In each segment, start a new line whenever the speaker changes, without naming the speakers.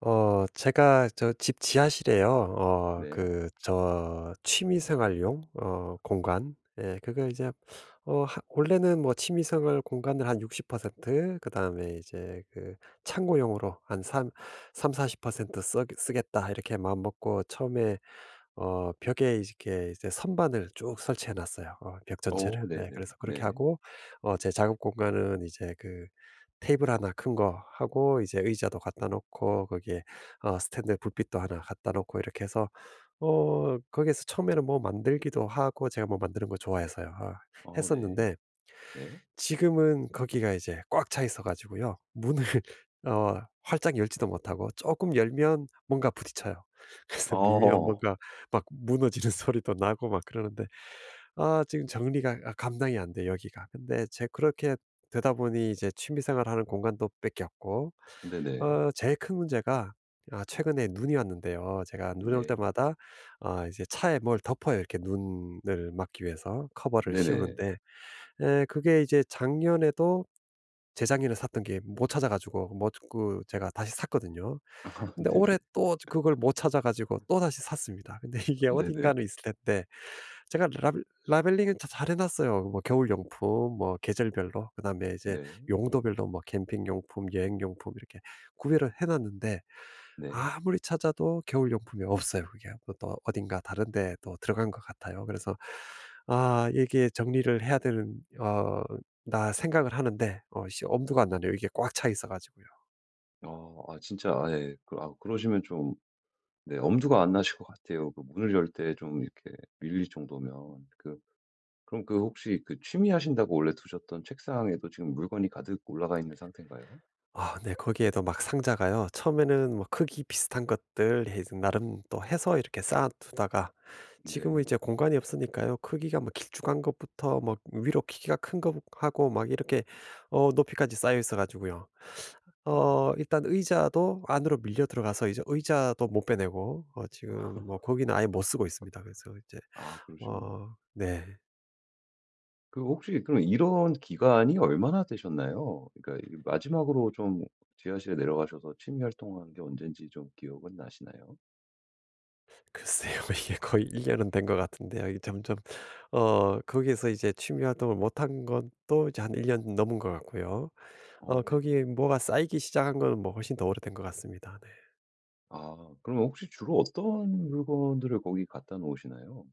제가 저 집 지하실에요.
네.
취미 생활용 공간. 예, 그걸 이제 어 하 원래는 뭐 취미 생활 공간을 한 60%, 그다음에 이제 그 창고용으로 한 삼 30-40%쓰 쓰겠다 이렇게 마음먹고. 처음에 벽에 이렇게 이제 선반을 쭉 설치해 놨어요. 벽 전체를.
어
예,
네네.
그래서 그렇게
네.
하고 제 작업 공간은 이제 그 테이블 하나 큰 거 하고, 이제 의자도 갖다 놓고, 거기에 스탠드 불빛도 하나 갖다 놓고, 이렇게 해서 거기에서 처음에는 뭐 만들기도 하고, 제가 뭐 만드는 거 좋아해서요.
어 네.
했었는데
네.
지금은 거기가 이제 꽉 차 있어 가지고요. 문을 활짝 열지도 못하고, 조금 열면 뭔가 부딪혀요. 그래서 밀면
어.
뭔가 막 무너지는 소리도 나고 막 그러는데 지금 정리가 감당이 안 돼, 여기가. 근데 제 그렇게 되다 보니 이제 취미 생활하는 공간도 뺏겼고,
네네.
제일 큰 문제가, 최근에 눈이 왔는데요. 제가 눈이 올
네.
때마다 이제 차에 뭘 덮어요. 이렇게 눈을 막기 위해서 커버를
네네.
씌우는데 그게 이제 작년에도, 재작년에 샀던 게 못 찾아 가지고, 뭐 그 제가 다시 샀거든요.
아
근데 올해
네네.
또 그걸 못 찾아 가지고 또다시 샀습니다. 근데 이게
네네.
어딘가는 있을 텐데, 제가 라벨링은 다 잘해 놨어요. 뭐 겨울 용품, 뭐 계절별로, 그다음에 이제
네.
용도별로 뭐 캠핑 용품, 여행 용품, 이렇게 구별을 해 놨는데
네.
아무리 찾아도 겨울 용품이 없어요. 그게 뭐또 어딘가 다른 데 또 들어간 것 같아요. 그래서 이게 정리를 해야 되는 나 생각을 하는데 엄두가 안 나네요. 이게 꽉 차 있어 가지고요.
어 아 진짜 아 예. 그 아 그러시면 좀 네 엄두가 안 나실 것 같아요. 그 문을 열 때 좀 이렇게 밀릴 정도면. 그럼 그 혹시 그 취미하신다고 원래 두셨던 책상에도 지금 물건이 가득 올라가 있는 상태인가요?
아, 네. 거기에도 막 상자가요. 처음에는 뭐 크기 비슷한 것들 해 나름 또 해서 이렇게 쌓아 두다가 지금은
네.
이제 공간이 없으니까요. 크기가 뭐 길쭉한 것부터, 뭐 위로 키가 큰 거 하고 막 이렇게 높이까지 쌓여 있어 가지고요.
아.
일단 의자도 안으로 밀려 들어가서 이제 의자도 못 빼내고 지금 뭐 거기는 아예 못 쓰고 있습니다. 그래서 이제
아 그러시군요.
네.
그 혹시 그럼 이런 기간이 얼마나 되셨나요? 그러니까 이게 마지막으로 좀 지하실에 내려가셔서 취미 활동한 게 언젠지 좀 기억은 나시나요?
글쎄요. 이게 거의 1 년은 된 것 같은데요. 이게 점점 거기에서 이제 취미 활동을 못한 건 또 이제 한 1년 넘은 것 같고요.
어, 네네.
거기에 뭐가 쌓이기 시작한 건 뭐 훨씬 더 오래된 것 같습니다. 네.
아, 그럼 혹시 주로 어떤 물건들을 거기 갖다 놓으시나요?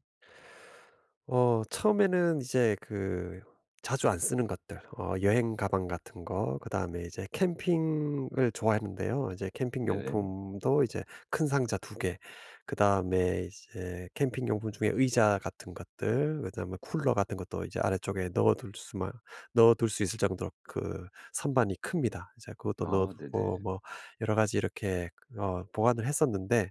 처음에는 이제 그 자주 안 쓰는 것들, 여행 가방 같은 거, 그다음에 이제 캠핑을 좋아했는데요. 이제 캠핑
네네.
용품도 이제 큰 상자 2개, 그다음에 이제 캠핑 용품 중에 의자 같은 것들, 그다음에 쿨러 같은 것도 이제 아래쪽에 넣어둘 수 있을 정도로 그 선반이 큽니다. 이제 그것도 넣어
아,
두고
네네.
뭐 여러 가지 이렇게 보관을 했었는데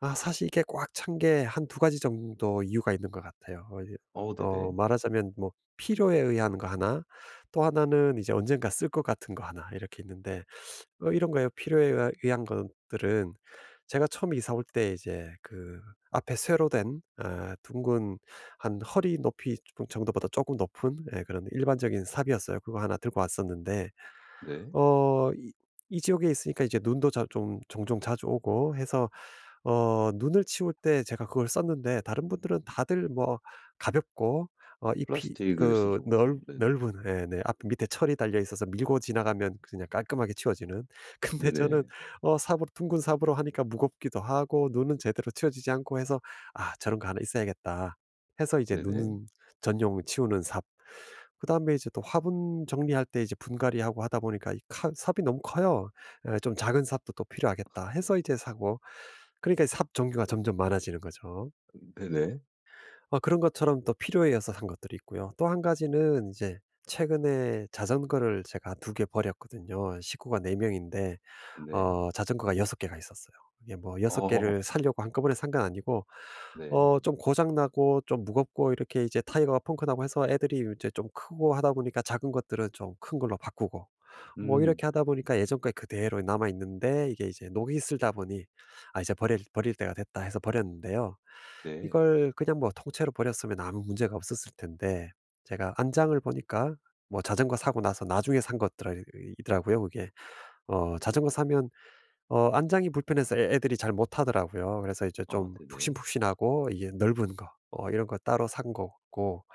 사실 이게 꽉 찬 게 한 두 가지 정도 이유가 있는 것 같아요. 어 이
어, 네네.
어 말하자면 뭐 필요에 의한 거 하나, 또 하나는 이제 언젠가 쓸 것 같은 거 하나 이렇게 있는데 이런 거예요. 필요에 의하 의한 것들은 제가 처음 이사 올 때 이제 그 앞에 쇠로 된, 둥근 한 허리 높이 정도보다 조금 높은, 예, 그런 일반적인 삽이었어요. 그거 하나 들고 왔었는데
네.
어 이 이 지역에 있으니까 이제 눈도 자 좀 종종 자주 오고 해서 눈을 치울 때 제가 그걸 썼는데 다른 분들은 다들 뭐 가볍고, 잎이
플라스틱을
그
쓰죠, 보통.
넓
네네.
넓은, 예, 네, 앞 밑에 철이 달려 있어서 밀고 지나가면 그냥 깔끔하게 치워지는. 근데 저는
네네.
어 삽으로 둥근 삽으로 하니까 무겁기도 하고 눈은 제대로 치워지지 않고 해서 '아 저런 거 하나 있어야겠다.' 해서 이제
네네.
눈 전용 치우는 삽. 그다음에 이제 또 화분 정리할 때 이제 분갈이하고 하다 보니까 이 칼 삽이 너무 커요. 예, 좀 작은 삽도 또 필요하겠다 해서 이제 사고, 그러니까 삽 종류가 점점 많아지는 거죠.
네네.
그런 것처럼 또 필요해서 산 것들이 있고요. 또 한 가지는 이제 최근에 자전거를 제가 2개 버렸거든요. 식구가 네 명인데
네.
자전거가 6 개가 있었어요. 이게 뭐 6 개를
어,
사려고 한꺼번에 산건 아니고
네.
좀 고장 나고 좀 무겁고 이렇게 이제 타이어가 펑크나고 해서, 애들이 이제 좀 크고 하다 보니까 작은 것들은 좀 큰 걸로 바꾸고, 뭐
음,
이렇게 하다 보니까 예전 거 그대로 남아 있는데 이게 이제 녹이 슬다 보니 '아 이제 버릴 때가 됐다.' 해서 버렸는데요.
네.
이걸 그냥 뭐 통째로 버렸으면 아무 문제가 없었을 텐데 제가 안장을 보니까 뭐 자전거 사고 나서 나중에 산 것들이 이더라고요, 그게. 자전거 사면 안장이 불편해서 애 애들이 잘 못하더라고요. 그래서 이제
아,
좀
네네.
푹신푹신하고 이게 넓은 거, 이런 거 따로 산 거고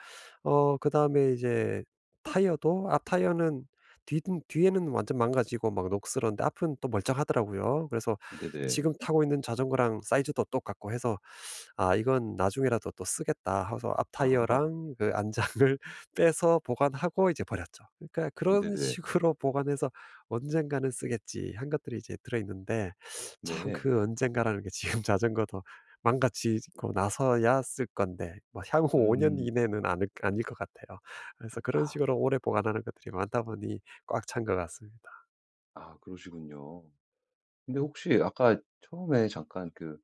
그다음에 이제 타이어도, 앞 타이어는 뒤 뒤에는 완전 망가지고 막 녹슬었는데 앞은 또 멀쩡하더라고요. 그래서
네네.
지금 타고 있는 자전거랑 사이즈도 똑같고 해서 '아 이건 나중에라도 또 쓰겠다.' 하고서 앞
아,
타이어랑 그 안장을 빼서 보관하고 이제 버렸죠. 그러니까 그런
네네.
식으로 보관해서 '언젠가는 쓰겠지.' 한 것들이 이제 들어 있는데 참
네.
그 언젠가라는 게 지금 자전거도 망가지고 나서야 쓸 건데 뭐 향후 5년
음.
이내는 아닐 것 같아요. 그래서 그런
아.
식으로 오래 보관하는 것들이 많다 보니 꽉 찬 것 같습니다.
아 그러시군요. 근데 혹시 아까 처음에 잠깐 그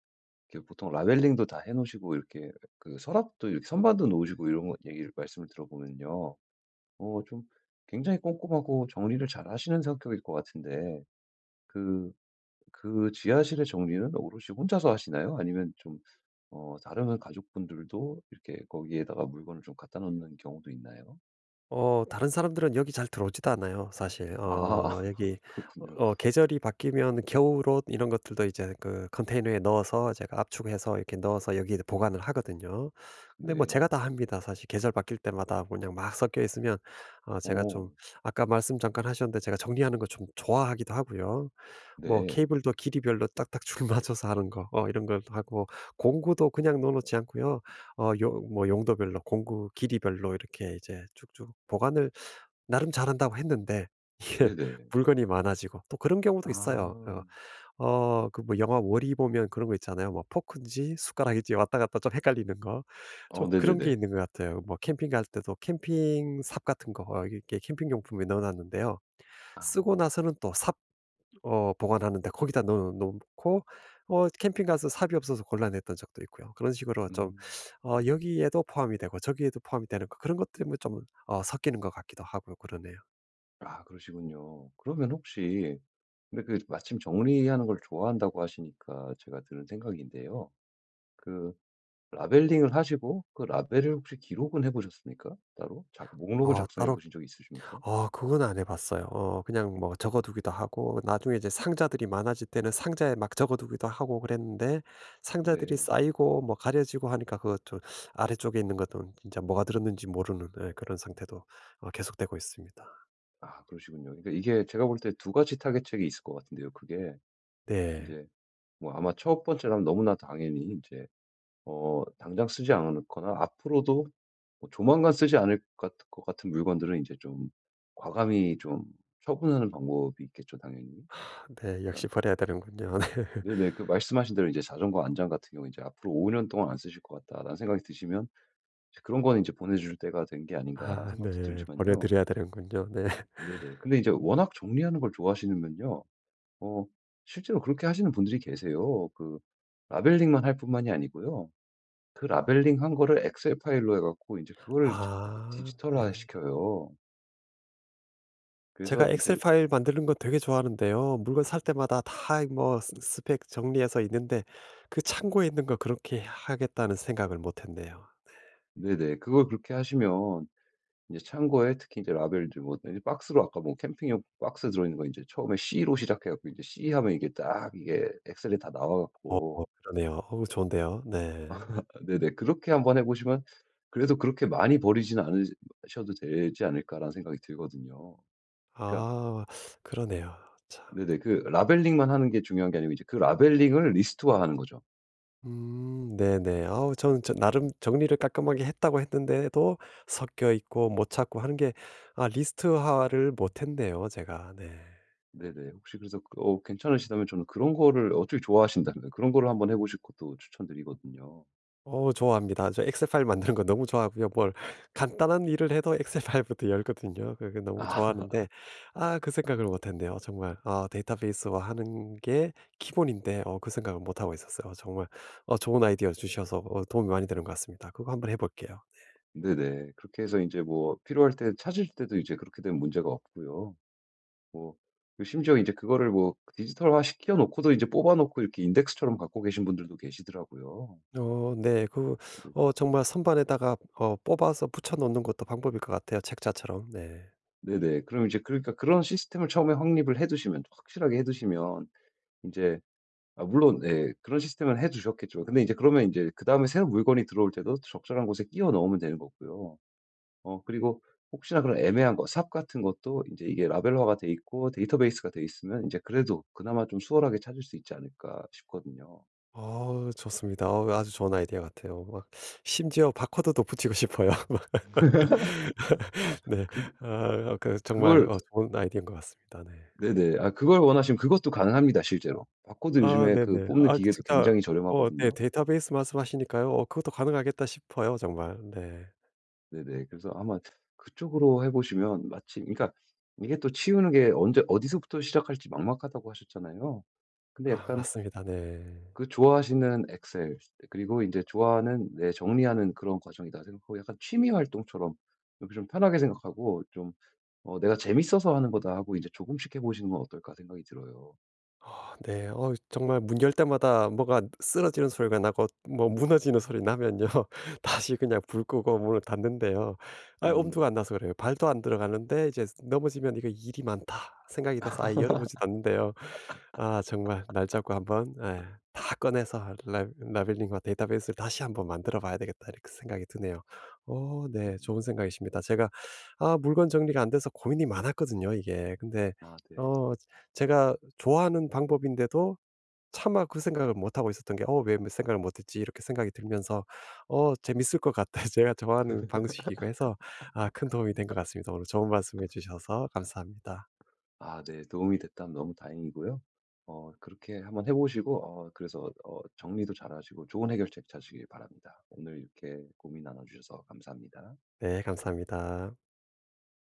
이렇게 보통 라벨링도 다 해 놓으시고 이렇게 그 서랍도 이렇게 선반도 놓으시고 이런 거 얘기를 말씀을 들어보면요. 어 좀 굉장히 꼼꼼하고 정리를 잘하시는 성격일 것 같은데 그 지하실의 정리는 오롯이 혼자서 하시나요? 아니면 좀 어 다른 가족분들도 이렇게 거기에다가 물건을 좀 갖다 놓는 경우도 있나요?
다른 사람들은 여기 잘 들어오지도 않아요, 사실. 어
아
여기 어
그렇군요.
어 계절이 바뀌면 겨울옷 이런 것들도 이제 그 컨테이너에 넣어서 제가 압축해서 이렇게 넣어서 여기에 보관을 하거든요. 근데 뭐
네.
제가 다 합니다. 사실 계절 바뀔 때마다 그냥 막 섞여 있으면 제가 좀
어.
아까 말씀 잠깐 하셨는데 제가 정리하는 거 좀 좋아하기도 하고요. 뭐
네.
케이블도 길이별로 딱딱 줄 맞춰서 하는 거, 이런 걸 하고, 공구도 그냥 넣어 놓지 않고요. 어 요 뭐 용도별로 공구 길이별로 이렇게 이제 쭉쭉 보관을, 나름 잘한다고 했는데 이게
네네.
물건이 많아지고 또 그런 경우도 있어요.
아.
그 뭐 영화 월이 보면 그런 거 있잖아요. 뭐 포크인지 숟가락인지 왔다 갔다 좀 헷갈리는 거. 좀
어
그런 게
네네네.
있는 것 같아요. 뭐 캠핑 갈 때도 캠핑 삽 같은 거, 이렇게 캠핑 용품에 넣어 놨는데요.
아.
쓰고 나서는 또삽 어 보관하는데, 거기다 넣어 놓고 캠핑 가서 삽이 없어서 곤란했던 적도 있고요. 그런 식으로 좀
음.
여기에도 포함이 되고 저기에도 포함이 되는 거, 그런 것들이좀어 섞이는 것 같기도 하고 그러네요.
아 그러시군요. 그러면 혹시 근데 그 마침 정리하는 걸 좋아한다고 하시니까 제가 드는 생각인데요. 그 라벨링을 하시고 그 라벨을 혹시 기록은 해 보셨습니까? 따로? 자, 목록을
어
작성해
따로
보신 적이 있으십니까?
어 그건 안 해 봤어요. 그냥 뭐 적어 두기도 하고 나중에 이제 상자들이 많아질 때는 상자에 막 적어 두기도 하고 그랬는데, 상자들이
네.
쌓이고 뭐 가려지고 하니까, 그것 좀 아래쪽에 있는 것도 진짜 뭐가 들었는지 모르는, 예, 그런 상태도 계속되고 있습니다.
아 그러시군요. 그러니까 이게 제가 볼 때 두 가지 타겟책이 있을 것 같은데요, 그게. 이
네.
제 뭐 아마 첫 번째라면 너무나 당연히 이제 어 당장 쓰지 않거나 앞으로도 뭐 조만간 쓰지 않을 것 같은 물건들은 이제 좀 과감히 좀 처분하는 방법이 있겠죠 당연히.
네. 역시
그러니까
버려야 되는군요. 네.
네네 그 말씀하신 대로 이제 자전거 안장 같은 경우 이제 '앞으로 5년 동안 안 쓰실 것 같다.'라는 생각이 드시면 이제 '그런 거는 이제 보내줄 때가 된 게 아닌가.'라는
아,
생각도
네. 보내
들지만요.
드려야 되는군요. 네.
네네. 근데 이제 워낙 정리하는 걸 좋아하시면요. 어 실제로 그렇게 하시는 분들이 계세요. 그 라벨링만 할 뿐만이 아니고요. 그 라벨링한 거를 엑셀 파일로 해 갖고 이제 그거를 거
아,
디지털화
네.
시켜요. 그래서
제가
이제
엑셀 파일 만드는 거 되게 좋아하는데요. 물건 살 때마다 다 뭐 스펙 정리해서 있는데 그 창고에 있는 거 그렇게 하겠다는 생각을 못 했네요.
네네. 그걸 그렇게 하시면 이제 창고에 특히 이제 라벨들 뭐 이제 박스로 아까 뭐 캠핑용 박스 들어있는 거 이제 처음에 C로 시작해 갖고 이제 C 하면 이게 딱 이게 엑셀에 다 나와
어
갖고
그러네요. 좋은데요. 네.
아 네네. 그렇게 한번 해 보시면 그래도 그렇게 많이 버리진 않으 셔도 되지 않을까라는 생각이 들거든요. 그러니까
아, 그러네요. 참.
네네. 그 라벨링만 하는 게 중요한 게 아니고 이제 그 라벨링을 리스트화하는 거죠.
음, 네네. 아우 저는 저 나름 정리를 깔끔하게 했다고 했는데도 섞여 있고 못 찾고 하는 게, 아, 리스트화를 못 했네요, 제가. 네.
네네. 혹시 그래서 그 어 괜찮으시다면 저는 그런 거를 어차피 좋아하신다면 그런 거를 한번 해 보실 것도 추천드리거든요.
좋아합니다. 저 엑셀 파일 만드는 거 너무 좋아하고요. 뭘 간단한 일을 해도 엑셀 파일부터 열거든요. 그게 너무
아
좋아하는데, 아, 그 생각을 못 했네요. 정말 아, 데이터베이스화하는 게 기본인데 그 생각을 못 하고 있었어요. 정말 좋은 아이디어 주셔서 도움이 많이 되는 것 같습니다. 그거 한번 해 볼게요.
네네. 그렇게 해서 이제 뭐 필요할 때 찾을 때도 이제 그렇게 되면 문제가 없고요. 뭐 그 심지어 이제 그거를 뭐 디지털화 시켜 놓고도 이제 뽑아 놓고 이렇게 인덱스처럼 갖고 계신 분들도 계시더라고요.
네. 그
네네.
정말 선반에다가 뽑아서 붙여 놓는 것도 방법일 것 같아요, 책자처럼. 네.
네네. 그럼 이제 그러니까 그런 시스템을 처음에 확립을 해 두시면 확실하게 해 두시면 이제 아 물론 예. 그런 시스템을 해 두셨겠죠. 근데 이제 그러면 인제 그다음에 새로운 물건이 들어올 때도 적절한 곳에 끼워 넣으면 되는 거고요. 어 그리고 혹시나 그런 애매한 거 삽 같은 것도 인제 이게 라벨화가 돼 있고 데이터베이스가 돼 있으면 인제 그래도 그나마 좀 수월하게 찾을 수 있지 않을까 싶거든요.
좋습니다. 아주 좋은 아이디어 같아요. 막 심지어 바코드도 붙이고 싶어요. 막
아
네.
그
아, 그 정말
그걸
좋은 아이디어인 것 같습니다. 네.
네네. 아 그걸 원하시면 그것도 가능합니다 실제로. 바코드
아,
요즘에 그
네네.
뽑는
아
기계도
진짜
굉장히
네,
저렴하거든요.
데이터베이스 말씀하시니까요. 그것도 가능하겠다 싶어요, 정말. 네.
네네. 그래서 아마 그쪽으로 해 보시면 마침 그러니까 이게 또 치우는 게 언제 어디서부터 시작할지 막막하다고 하셨잖아요. 근데
아,
약간
맞습니다. 네.
그 좋아하시는 엑셀 그리고 이제 좋아하는 네 정리하는 그런 과정이다 생각하고 약간 취미 활동처럼 이렇게 좀 편하게 생각하고 좀 어 '내가 재밌어서 하는 거다.' 하고 이제 조금씩 해 보시는 건 어떨까 생각이 들어요.
아, 네. 정말 문 열 때마다 뭐가 쓰러지는 소리가 나고 뭐 무너지는 소리 나면요. 다시 그냥 불 끄고 문을 닫는데요. 아, 엄두가 안
음.
나서 그래요. 발도 안 들어가는데 이제 넘어지면 '이거 일이 많다.' 생각이 돼서 아예 열어보지도 않는데요. 아, 정말 날 잡고 한번, 예, '다 꺼내서 라 라벨링과 데이터베이스를 다시 한번 만들어 봐야 되겠다.' 이렇게 생각이 드네요. 오,
네.
네. 좋은 생각이십니다. 제가 아, 물건 정리가 안 돼서 고민이 많았거든요, 이게. 근데
아 네.
어 제가 좋아하는 방법인데도 차마 그 생각을 못 하고 있었던 게 '어, 왜 뭐 생각을 못 했지?' 이렇게 생각이 들면서 재밌을 것 같아. 제가 좋아하는 방식이고 해서 아, 큰 도움이 된 것 같습니다. 오늘 좋은 말씀해 주셔서 감사합니다.
아 네. 도움이 됐다면 너무 다행이고요. 어 그렇게 한번 해 보시고 어 그래서 어 정리도 잘하시고 좋은 해결책 찾으시길 바랍니다. 오늘 이렇게 고민 나눠 주셔서 감사합니다.
네, 감사합니다.